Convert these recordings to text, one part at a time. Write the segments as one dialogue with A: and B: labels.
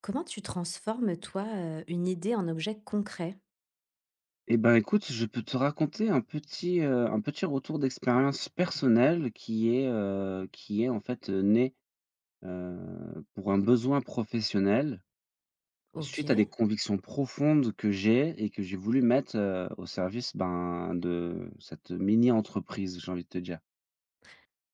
A: Comment tu transformes, toi, une idée en objet concret?
B: Eh ben, écoute, je peux te raconter un petit retour d'expérience personnelle qui est en fait, né, pour un besoin professionnel suite à des
A: OK.
B: convictions profondes que j'ai et que j'ai voulu mettre, au service, ben, de cette mini-entreprise, j'ai envie de te dire.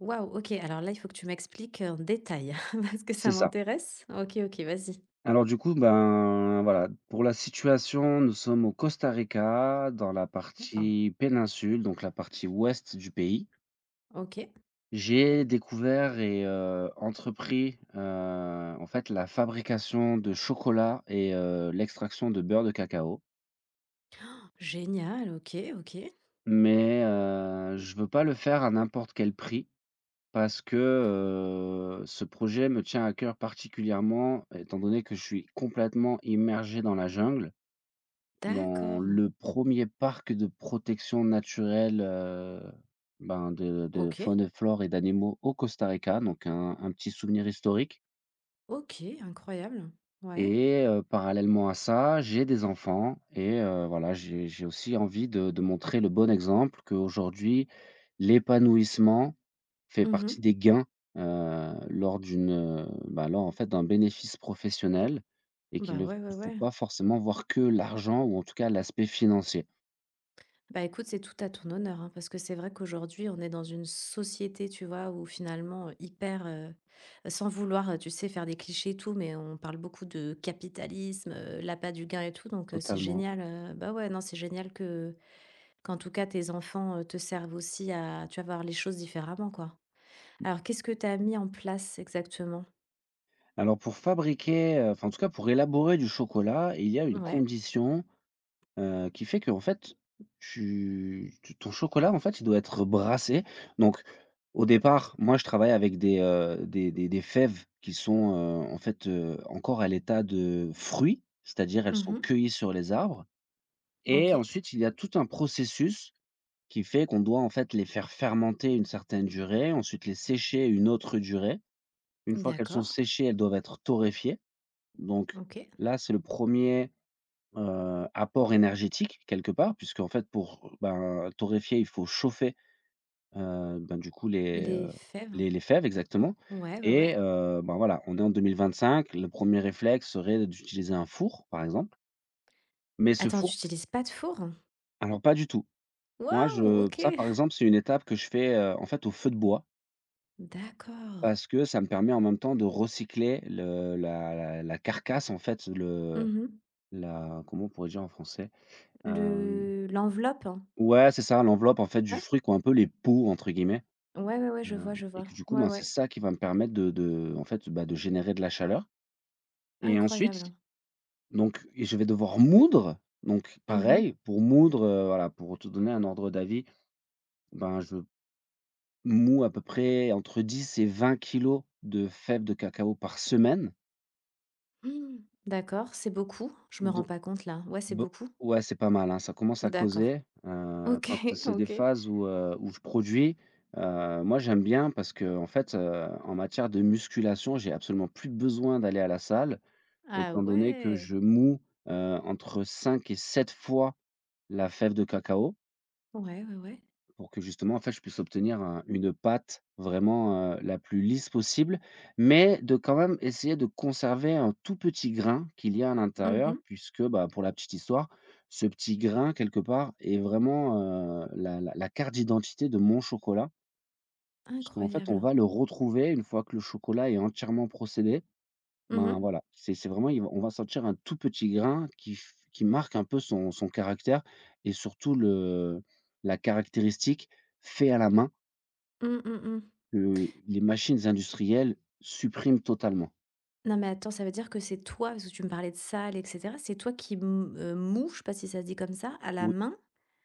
A: Waouh, OK, alors là, il faut que tu m'expliques, en détail parce que
B: C'est
A: ça
B: ça.
A: m'intéresse. OK, OK, vas-y.
B: Alors du coup, ben, voilà, pour la situation, nous sommes au Costa Rica, dans la
A: Waouh,
B: partie péninsule, donc la partie ouest du pays.
A: OK.
B: J'ai découvert et entrepris, en fait, la fabrication de chocolat et l'extraction de beurre de cacao.
A: Génial, OK, OK.
B: Mais je veux pas le faire à n'importe quel prix parce que, ce projet me tient à cœur particulièrement étant donné que je suis complètement immergé dans la jungle, dans
A: D'accord.
B: le premier parc de protection naturelle, ben, de
A: OK,
B: faune et flore et d'animaux au Costa Rica, donc un petit souvenir historique.
A: OK, incroyable. Ouais.
B: Et parallèlement à ça, j'ai des enfants et voilà, j'ai aussi envie de montrer le bon exemple qu'aujourd'hui, l'épanouissement fait
A: Mmh.
B: partie des gains, lors, en fait, d'un bénéfice professionnel et qu'il
A: Bah,
B: ne
A: ouais, ouais,
B: faut
A: ouais.
B: pas forcément voir que l'argent ou en tout cas l'aspect financier.
A: Bah, écoute, c'est tout à ton honneur, hein, parce que c'est vrai qu'aujourd'hui, on est dans une société, tu vois, où finalement, hyper, sans vouloir, tu sais, faire des clichés et tout, mais on parle beaucoup de capitalisme, l'appât du gain et tout, donc c'est
B: Totalement.
A: génial. Bah ouais, non, c'est génial que, qu'en tout cas, tes enfants te servent aussi à, tu vas voir les choses différemment, quoi. Alors, qu'est-ce que tu as mis en place exactement?
B: Alors pour fabriquer, enfin, en tout cas pour élaborer du chocolat, il y a une
A: Ouais.
B: condition, qui fait que en fait, tu tu ton chocolat, en fait, il doit être brassé. Donc, au départ, moi, je travaille avec des fèves qui sont, en fait, encore à l'état de fruits, c'est-à-dire elles sont
A: Mhm.
B: cueillies sur les arbres et
A: Ok.
B: ensuite il y a tout un processus qui fait qu'on doit, en fait, les faire fermenter une certaine durée, ensuite les sécher une autre durée. Une fois qu'elles sont
A: D'accord.
B: séchées, elles doivent être torréfiées. Donc
A: Ok.
B: là, c'est le premier apport énergétique quelque part puisque en fait pour, ben, torréfier, il faut chauffer, du coup les,
A: Les
B: heu,
A: fèves.
B: les les fèves exactement
A: Ouais, ouais, ouais.
B: et ben, voilà, on est en 2025, le premier réflexe serait d'utiliser un four, par exemple, mais ce
A: Attends, tu
B: four
A: n'utilises pas de four?
B: alors pas du tout. Moi
A: Waouh,
B: je
A: ok.
B: ça par exemple, c'est une étape que je fais, en fait au feu de bois
A: D'accord.
B: parce que ça me permet en même temps de recycler le la la la carcasse en fait, le
A: Mmh.
B: la comment on pourrait dire en français?
A: Le l'enveloppe? Hein.
B: Ouais, c'est ça, l'enveloppe en fait du
A: Ouais.
B: fruit qui ont un peu les «peaux» entre guillemets,
A: Ouais, ouais, ouais, je vois, je
B: et
A: vois.
B: que du coup,
A: Ouais,
B: ben, c'est
A: ouais,
B: ça qui va me permettre de en fait, bah, de générer de la chaleur et ensuite
A: incroyable.
B: donc et je vais devoir moudre donc
A: Mmh mh.
B: pareil pour moudre, voilà, pour te donner un ordre d'avis, ben, je mouds à peu près entre 10 et 20 kg de fèves de cacao par semaine.
A: Mmh, d'accord, c'est beaucoup? Je me rends
B: Don
A: pas compte là. Ouais, c'est
B: Bo
A: beaucoup?
B: Ouais, c'est pas mal, hein, ça commence à
A: D'accord.
B: causer,
A: OK,
B: quand c'est des
A: OK.
B: phases où je produis, moi j'aime bien parce que en fait, en matière de musculation, j'ai absolument plus besoin d'aller à la salle,
A: Ah
B: étant donné que
A: ouais!
B: je moue, entre 5 et 7 fois la fève de cacao.
A: Ouais, ouais, ouais.
B: Pour que justement, en fait, je puisse obtenir un une pâte vraiment, la plus lisse possible, mais de quand même essayer de conserver un tout petit grain qu'il y a à l'intérieur
A: Mmh.
B: puisque, bah, pour la petite histoire, ce petit grain quelque part est vraiment, la carte d'identité de mon chocolat. Puisqu'en fait, on
A: Incroyable.
B: va le retrouver une fois que le chocolat est entièrement procédé.
A: Mmh
B: Ben,
A: mh.
B: voilà, c'est vraiment il va on va sentir un tout petit grain qui marque un peu son caractère et surtout le la caractéristique fait à la main.
A: Mmh, mmh, mmh.
B: Que les machines industrielles suppriment totalement.
A: Non mais attends, ça veut dire que c'est toi, parce que tu me parlais de salles et cetera, c'est toi qui m moues, je sais pas si ça se dit comme ça, à la
B: Oui,
A: main?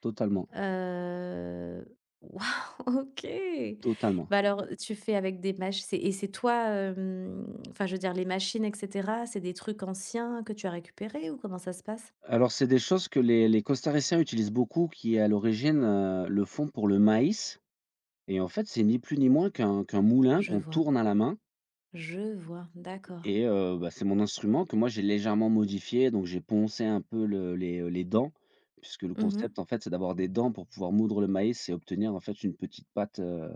B: totalement,
A: Heu, Waouh! OK.
B: totalement.
A: Bah, alors, tu fais avec des machines et c'est toi, enfin, je veux dire les machines et cetera, c'est des trucs anciens que tu as récupérés ou comment ça se passe?
B: Alors, c'est des choses que les costariciens utilisent beaucoup, qui à l'origine, le font pour le maïs et en fait, c'est ni plus ni moins qu'un moulin
A: Je
B: qu'on
A: vois,
B: tourne à la main
A: je vois, d'accord.
B: et bah, c'est mon instrument que moi j'ai légèrement modifié, donc j'ai poncé un peu les dents, puisque le
A: Mmh.
B: concept en fait, c'est d'avoir des dents pour pouvoir moudre le maïs et obtenir en fait une petite pâte,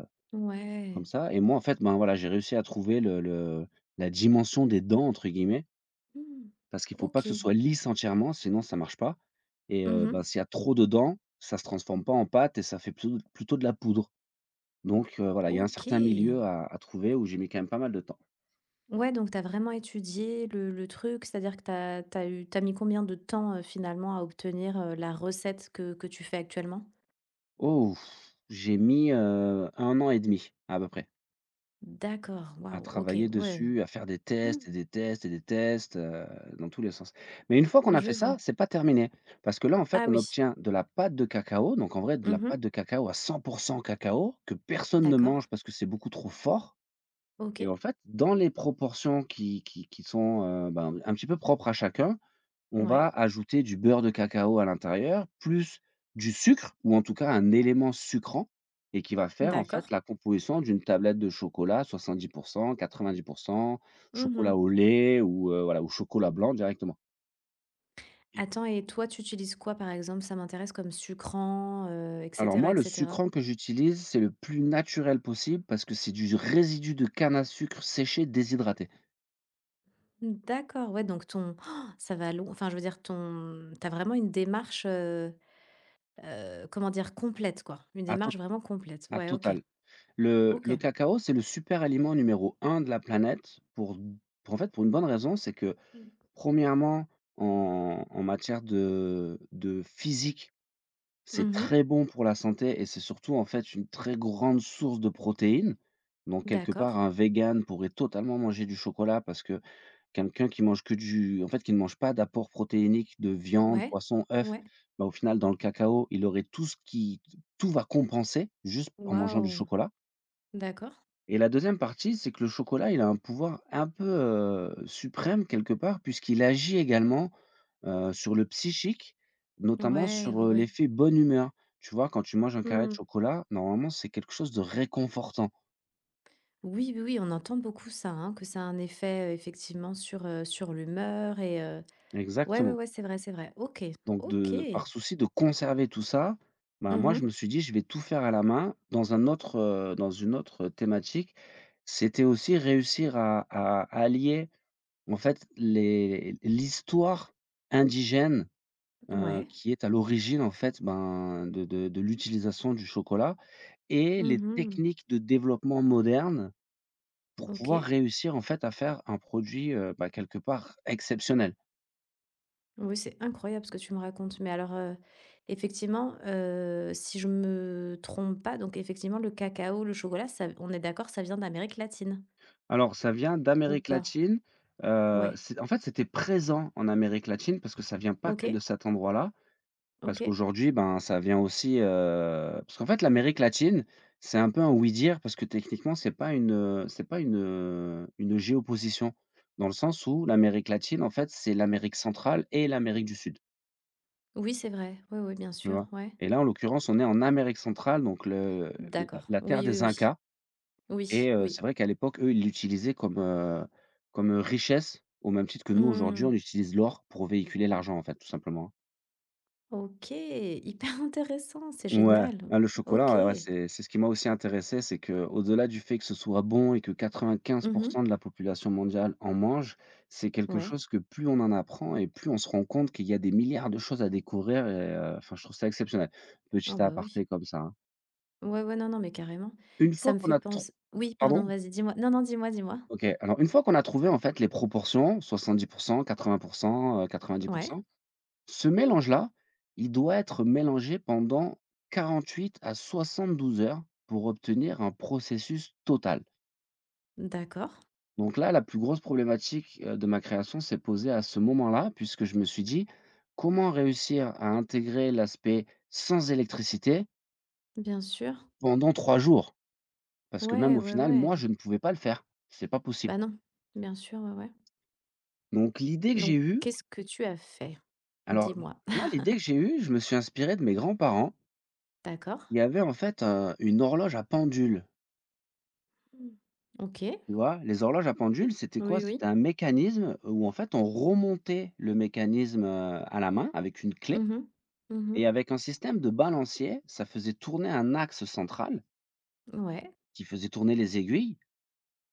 B: comme
A: Ouais.
B: ça et moi en fait, ben, voilà, j'ai réussi à trouver le «la dimension des dents» entre guillemets.
A: Mmh.
B: Parce qu'il faut pas
A: OK.
B: que ce soit lisse entièrement, sinon ça marche pas et
A: Mmh.
B: bah, s'il y a trop dedans, ça se transforme pas en pâte et ça fait plutôt de la poudre. Donc voilà, il y a un certain
A: OK.
B: milieu à trouver où j'ai mis quand même pas mal de temps.
A: Ouais, donc tu as vraiment étudié le truc, c'est-à-dire que tu as tu eu t'as mis combien de temps, finalement à obtenir, la recette que tu fais actuellement?
B: Oh! J'ai mis, 1 an et demi à peu près,
A: D'accord,
B: à
A: waouh, OK,
B: travailler
A: ouais.
B: dessus, à faire des tests et des tests et des tests, dans tous les sens. Mais une fois qu'on a
A: Je
B: fait ça,
A: vois.
B: c'est pas terminé parce que là, en fait,
A: Ah
B: on
A: oui.
B: obtient de la pâte de cacao, donc en vrai de la
A: Mmh.
B: pâte de cacao à 100% cacao que personne ne
A: D'accord.
B: mange parce que c'est beaucoup trop fort. Et
A: OK.
B: en fait, dans les proportions qui sont, ben, un petit peu propres à chacun, on va
A: Ouais.
B: ajouter du beurre de cacao à l'intérieur, plus du sucre ou en tout cas un élément sucrant et qui va faire en fait
A: D'accord.
B: la composition d'une tablette de chocolat 70%, 90%, chocolat
A: Mmh.
B: au lait ou, voilà, ou chocolat blanc directement. Et
A: Attends et toi, tu utilises quoi, par exemple? Ça m'intéresse comme sucrant, et
B: alors
A: cetera,
B: moi,
A: et
B: le
A: cetera.
B: sucrant que j'utilise, c'est le plus naturel possible parce que c'est du résidu de canne à sucre séché déshydraté
A: D'accord, ouais, donc ton oh, ça va long enfin, je veux dire ton T'as vraiment une démarche, comment dire? Complète, quoi. Une
B: à to
A: démarche vraiment complète.
B: à
A: Ouais, OK.
B: Total. Le
A: OK.
B: le cacao, c'est le super aliment numéro un de la planète pour en fait, pour une bonne raison, c'est que
A: Mmh.
B: premièrement en matière de physique, c'est
A: Mmh.
B: très bon pour la santé et c'est surtout, en fait, une très grande source de protéines. Donc quelque
A: D'accord.
B: part, un végan pourrait totalement manger du chocolat parce que quelqu'un qui mange que du en fait, qui ne mange pas d'apport protéinique de viande,
A: Ouais.
B: poisson, œuf,
A: Ouais.
B: bah, au final, dans le cacao, il aurait tout ce qui tout va compenser juste en mangeant du
A: Waouh!
B: chocolat.
A: D'accord.
B: Et la deuxième partie, c'est que le chocolat, il a un pouvoir un peu, suprême quelque part puisqu'il agit également, sur le psychique, notamment
A: Ouais,
B: sur,
A: ouais, ouais.
B: l'effet bonne humeur. Tu vois, quand tu manges un carré de
A: Mmh.
B: chocolat, normalement, c'est quelque chose de réconfortant.
A: Oui, oui, oui, on entend beaucoup ça, hein, que ça a un effet, effectivement sur, sur l'humeur et ouais, ouais,
B: Exactement.
A: ouais, c'est vrai, c'est vrai. OK,
B: Donc
A: OK.
B: de par souci de conserver tout ça, bah, moi, je me
A: Mmh.
B: suis dit: «Je vais tout faire à la main» dans une autre thématique. C'était aussi réussir à allier, en fait, les l'histoire indigène,
A: Ouais.
B: qui est à l'origine, en fait, ben, de l'utilisation du chocolat et les
A: Mmh.
B: techniques de développement modernes pour pouvoir
A: OK.
B: réussir, en fait, à faire un produit, bah, quelque part exceptionnel.
A: Oui, c'est incroyable ce que tu me racontes. Mais alors, effectivement, si je me trompe pas, donc effectivement, le cacao, le chocolat, ça on est d'accord, ça vient d'Amérique latine?
B: Alors ça vient
A: Ou
B: d'Amérique
A: pas?
B: latine,
A: Ouais.
B: c'est en fait, c'était présent en Amérique latine parce que ça vient pas
A: OK,
B: que de cet endroit-là. Parce
A: OK.
B: qu'aujourd'hui, ben, ça vient aussi, parce qu'en fait, l'Amérique latine, c'est un peu un «oui-dire» parce que techniquement, c'est pas une, une géoposition. Dans le sens où l'Amérique latine, en fait, c'est l'Amérique centrale et l'Amérique du Sud,
A: Oui, c'est vrai. Oui, oui, bien
B: tu
A: sûr,
B: vois?
A: ouais.
B: Et là, en l'occurrence, on est en Amérique centrale, donc le la
A: D'accord.
B: la terre
A: Oui, oui,
B: des
A: oui.
B: Incas et
A: Oui, oui.
B: c'est vrai qu'à l'époque, eux, ils l'utilisaient comme, richesse, au même titre que nous, aujourd'hui,
A: Mmh.
B: on utilise l'or pour véhiculer l'argent, en fait, tout simplement, hein.
A: OK, hyper intéressant, c'est
B: Ouais,
A: génial.
B: ah, le chocolat,
A: OK.
B: ouais, ouais, c'est ce qui m'a aussi intéressé, c'est que au delà du fait que ce soit bon et que
A: Mmh.
B: 95% de la population mondiale en mange, c'est quelque
A: Ouais.
B: chose que plus on en apprend et plus on se rend compte qu'il y a des milliards de choses à découvrir et enfin, je trouve ça exceptionnel. Petit
A: Ah bah, oui.
B: aparté comme ça, hein.
A: Ouais, ouais, non, non, mais carrément.
B: Une fois
A: Ça me
B: qu'on
A: fait
B: a trou
A: penser oui, pardon,
B: Pardon?
A: vas-y, dis-moi. Non, non, dis-moi, dis-moi.
B: OK, alors une fois qu'on a trouvé en fait les proportions, 70%, 80%,
A: Ouais,
B: 90%. Ce mélange-là, il doit être mélangé pendant 48 à 72 heures pour obtenir un processus total.
A: d'accord,
B: Donc là, la plus grosse problématique, de ma création s'est posée à ce moment-là, puisque je me suis dit: «Comment réussir à intégrer l'aspect sans électricité
A: bien sûr.
B: pendant 3 jours?» Parce que même
A: Ouais,
B: au
A: ouais,
B: final,
A: ouais.
B: moi, je ne pouvais pas le faire. C'est pas possible.
A: Bah, non, bien sûr, ouais, ouais.
B: Donc l'idée que j'ai
A: Donc
B: eue
A: qu'est-ce que tu as fait?
B: alors
A: Dis-moi.
B: moi l'idée que j'ai eue, je me suis inspiré de mes grands-parents.
A: D'accord.
B: Il y avait en fait, une horloge à pendule.
A: Mmh. OK.
B: Tu vois? Les horloges à pendule, c'était quoi?
A: Oui,
B: C'était
A: oui.
B: un mécanisme où en fait on remontait le mécanisme, à la main avec une clé,
A: Mmh mh.
B: et
A: Mmh.
B: avec un système de balancier, ça faisait tourner un axe central
A: Ouais.
B: qui faisait tourner les aiguilles.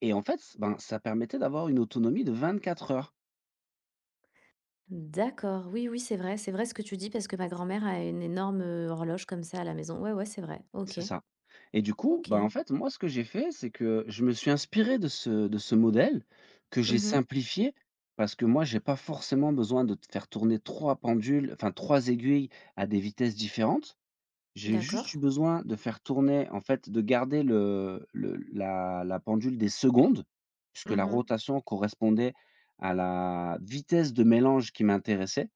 B: Et en fait, ben, ça permettait d'avoir une autonomie de 24 heures.
A: D'accord, oui, oui, c'est vrai ce que tu dis parce que ma grand-mère a une énorme horloge comme ça à la maison. Ouais, ouais, c'est vrai. Ok,
B: C'est ça. Et du coup,
A: ok.
B: ben, en fait, moi, ce que j'ai fait, c'est que je me suis inspiré de ce modèle que j'ai
A: Mhm.
B: simplifié, parce que moi, j'ai pas forcément besoin de faire tourner 3 pendules, enfin 3 aiguilles à des vitesses différentes. J'ai
A: D'accord.
B: juste eu besoin de faire tourner, en fait, de garder le la la pendule des secondes, puisque la
A: Mhm.
B: rotation correspondait à la vitesse de mélange qui m'intéressait.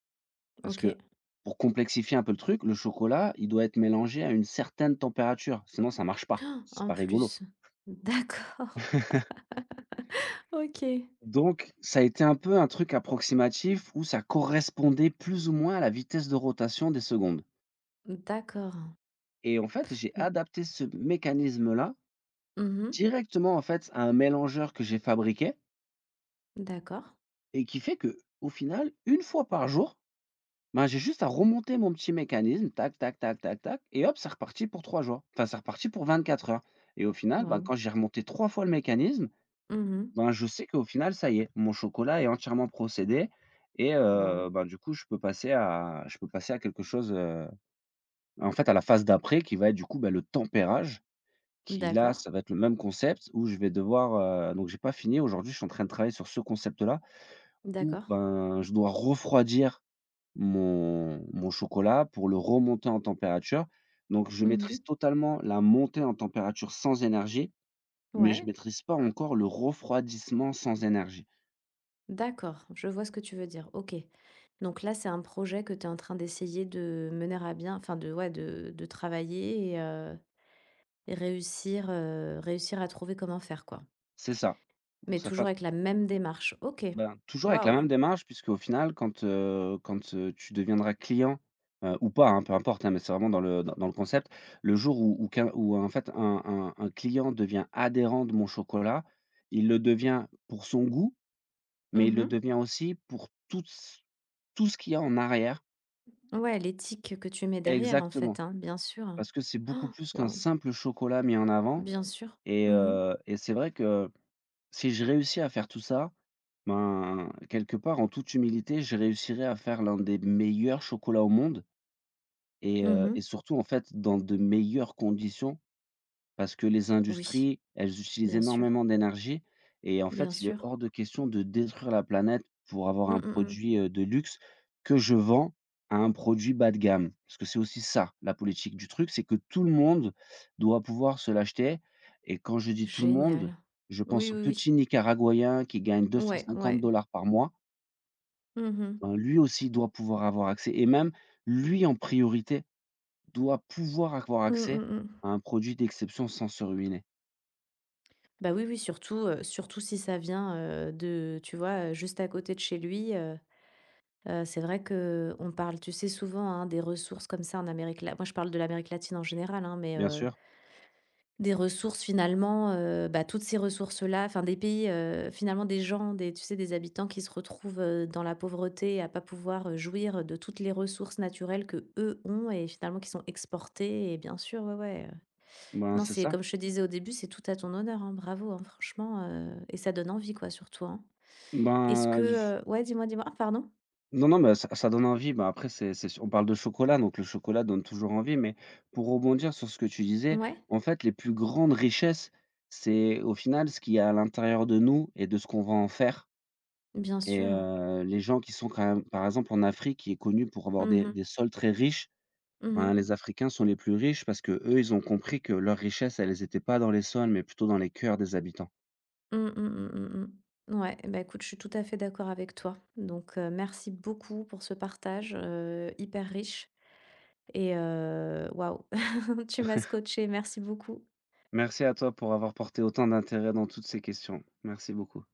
B: Parce que
A: Ok.
B: pour complexifier un peu le truc, le chocolat, il doit être mélangé à une certaine température, sinon ça marche pas,
A: Ah,
B: c'est
A: en
B: pas rigolo.
A: plus. D'accord. Ok.
B: Donc ça a été un peu un truc approximatif où ça correspondait plus ou moins à la vitesse de rotation des secondes,
A: D'accord.
B: et en fait, j'ai
A: M-
B: adapté ce mécanisme-là
A: mhm.
B: directement, en fait, à un mélangeur que j'ai fabriqué,
A: D'accord.
B: et qui fait que au final, une fois par jour, ben, j'ai juste à remonter mon petit mécanisme, tac, tac, tac, tac, tac, et hop, c'est reparti pour 3 jours. Enfin, c'est reparti pour 24 heures. Et au final, ben,
A: Waouh.
B: quand j'ai remonté 3 fois le mécanisme,
A: Mhm.
B: ben, je sais qu'au final, ça y est, mon chocolat est entièrement procédé. Et
A: Waouh.
B: ben, du coup, je peux passer à quelque chose, en fait, à la phase d'après qui va être, du coup, ben, le tempérage. Qui là,
A: D'accord.
B: ça va être le même concept où je vais devoir, donc j'ai pas fini. Aujourd'hui, je suis en train de travailler sur ce concept-là où,
A: D'accord.
B: ben, je dois refroidir mon chocolat pour le remonter en température. Donc je
A: Mhm.
B: maîtrise totalement la montée en température sans énergie, mais je
A: Ouais.
B: maîtrise pas encore le refroidissement sans énergie.
A: D'accord. Je vois ce que tu veux dire. Ok. Donc là, c'est un projet que tu es en train d'essayer de mener à bien, enfin de, ouais, de travailler et réussir, à trouver comment faire, quoi.
B: C'est ça. Donc
A: Mais
B: ça passe.
A: toujours avec la même démarche. OK.
B: Ben, toujours avec la
A: Waouh.
B: même démarche, puisque au final quand, tu deviendras client, ou pas, hein, peu importe, hein, mais c'est vraiment dans le dans dans le concept. Le jour où en fait un client devient adhérent de mon chocolat, il le devient pour son goût, mais il le
A: Mmh.
B: devient aussi pour tout ce qu'il y a en arrière,
A: Ouais, l'éthique que tu mets derrière, en
B: exactement,
A: fait, hein, bien sûr.
B: parce que c'est beaucoup
A: Oh,
B: plus qu'un
A: waouh,
B: simple chocolat mis en avant.
A: bien sûr.
B: Et
A: Mmh mh.
B: c'est vrai que si je réussis à faire tout ça, ben, quelque part, en toute humilité, je réussirai à faire l'un des meilleurs chocolats au monde. Et
A: Mmh.
B: surtout, en fait, dans de meilleures conditions, parce que les
A: Oui,
B: industries, elles utilisent
A: bien sûr,
B: énormément d'énergie, et en
A: bien
B: fait, il est
A: sûr.
B: hors de question de détruire la planète pour avoir un
A: Mmh mh mh.
B: produit, de luxe, que je vends à un produit bas de gamme. Parce que c'est aussi ça, la politique du truc, c'est que tout le monde doit pouvoir se l'acheter, et quand je dis tout le monde,
A: Génial.
B: je pense
A: Oui,
B: au
A: oui,
B: petit
A: oui.
B: Nicaraguayen qui gagne
A: Ouais,
B: 250
A: ouais.
B: par mois.
A: Mmh mh.
B: Ben, lui aussi doit pouvoir avoir accès, et même lui en priorité doit pouvoir avoir
A: Mmh
B: accès
A: mh.
B: à un produit d'exception sans se ruiner.
A: Bah, oui, oui, surtout, si ça vient, de tu vois, juste à côté de chez lui, c'est vrai que on parle, tu sais, souvent, hein, des ressources comme ça en Amérique latine. Moi, je parle de l'Amérique latine en général, hein, mais
B: Bien sûr.
A: des ressources finalement, bah, toutes ces ressources-là, enfin des pays, finalement des gens, des tu sais, des habitants qui se retrouvent, dans la pauvreté à pas pouvoir, jouir de toutes les ressources naturelles que eux ont et finalement qui sont exportées et bien sûr, ouais, ouais,
B: Ben,
A: non,
B: c'est
A: c'est
B: ça.
A: comme je te disais au début, c'est tout à ton honneur, hein, bravo, hein, franchement, et ça donne envie quoi, surtout, hein. Est-ce
B: Ben, j
A: que, ouais, dis-moi, dis-moi? Ah pardon?
B: Non, non, mais ça ça donne envie. Ben, après, c'est su on parle de chocolat, donc le chocolat donne toujours envie, mais pour rebondir sur ce que tu disais,
A: Ouais,
B: en fait, les plus grandes richesses, c'est au final ce qu'il y a à l'intérieur de nous et de ce qu'on va en faire.
A: bien
B: Et
A: sûr.
B: les gens qui sont quand même par exemple en Afrique, qui est connu pour avoir des
A: Mmh.
B: des sols très riches,
A: Mmh
B: ben,
A: mh.
B: les Africains sont les plus riches parce que eux ils ont compris que leur richesse, elles étaient pas dans les sols, mais plutôt dans les cœurs des habitants.
A: Mmh, mmh, mmh, mmh, mmh. Ouais, bah, écoute, je suis tout à fait d'accord avec toi. Donc merci beaucoup pour ce partage, hyper riche et waouh, tu m'as scotchée, merci beaucoup.
B: Merci à toi pour avoir porté autant d'intérêt dans toutes ces questions. Merci beaucoup.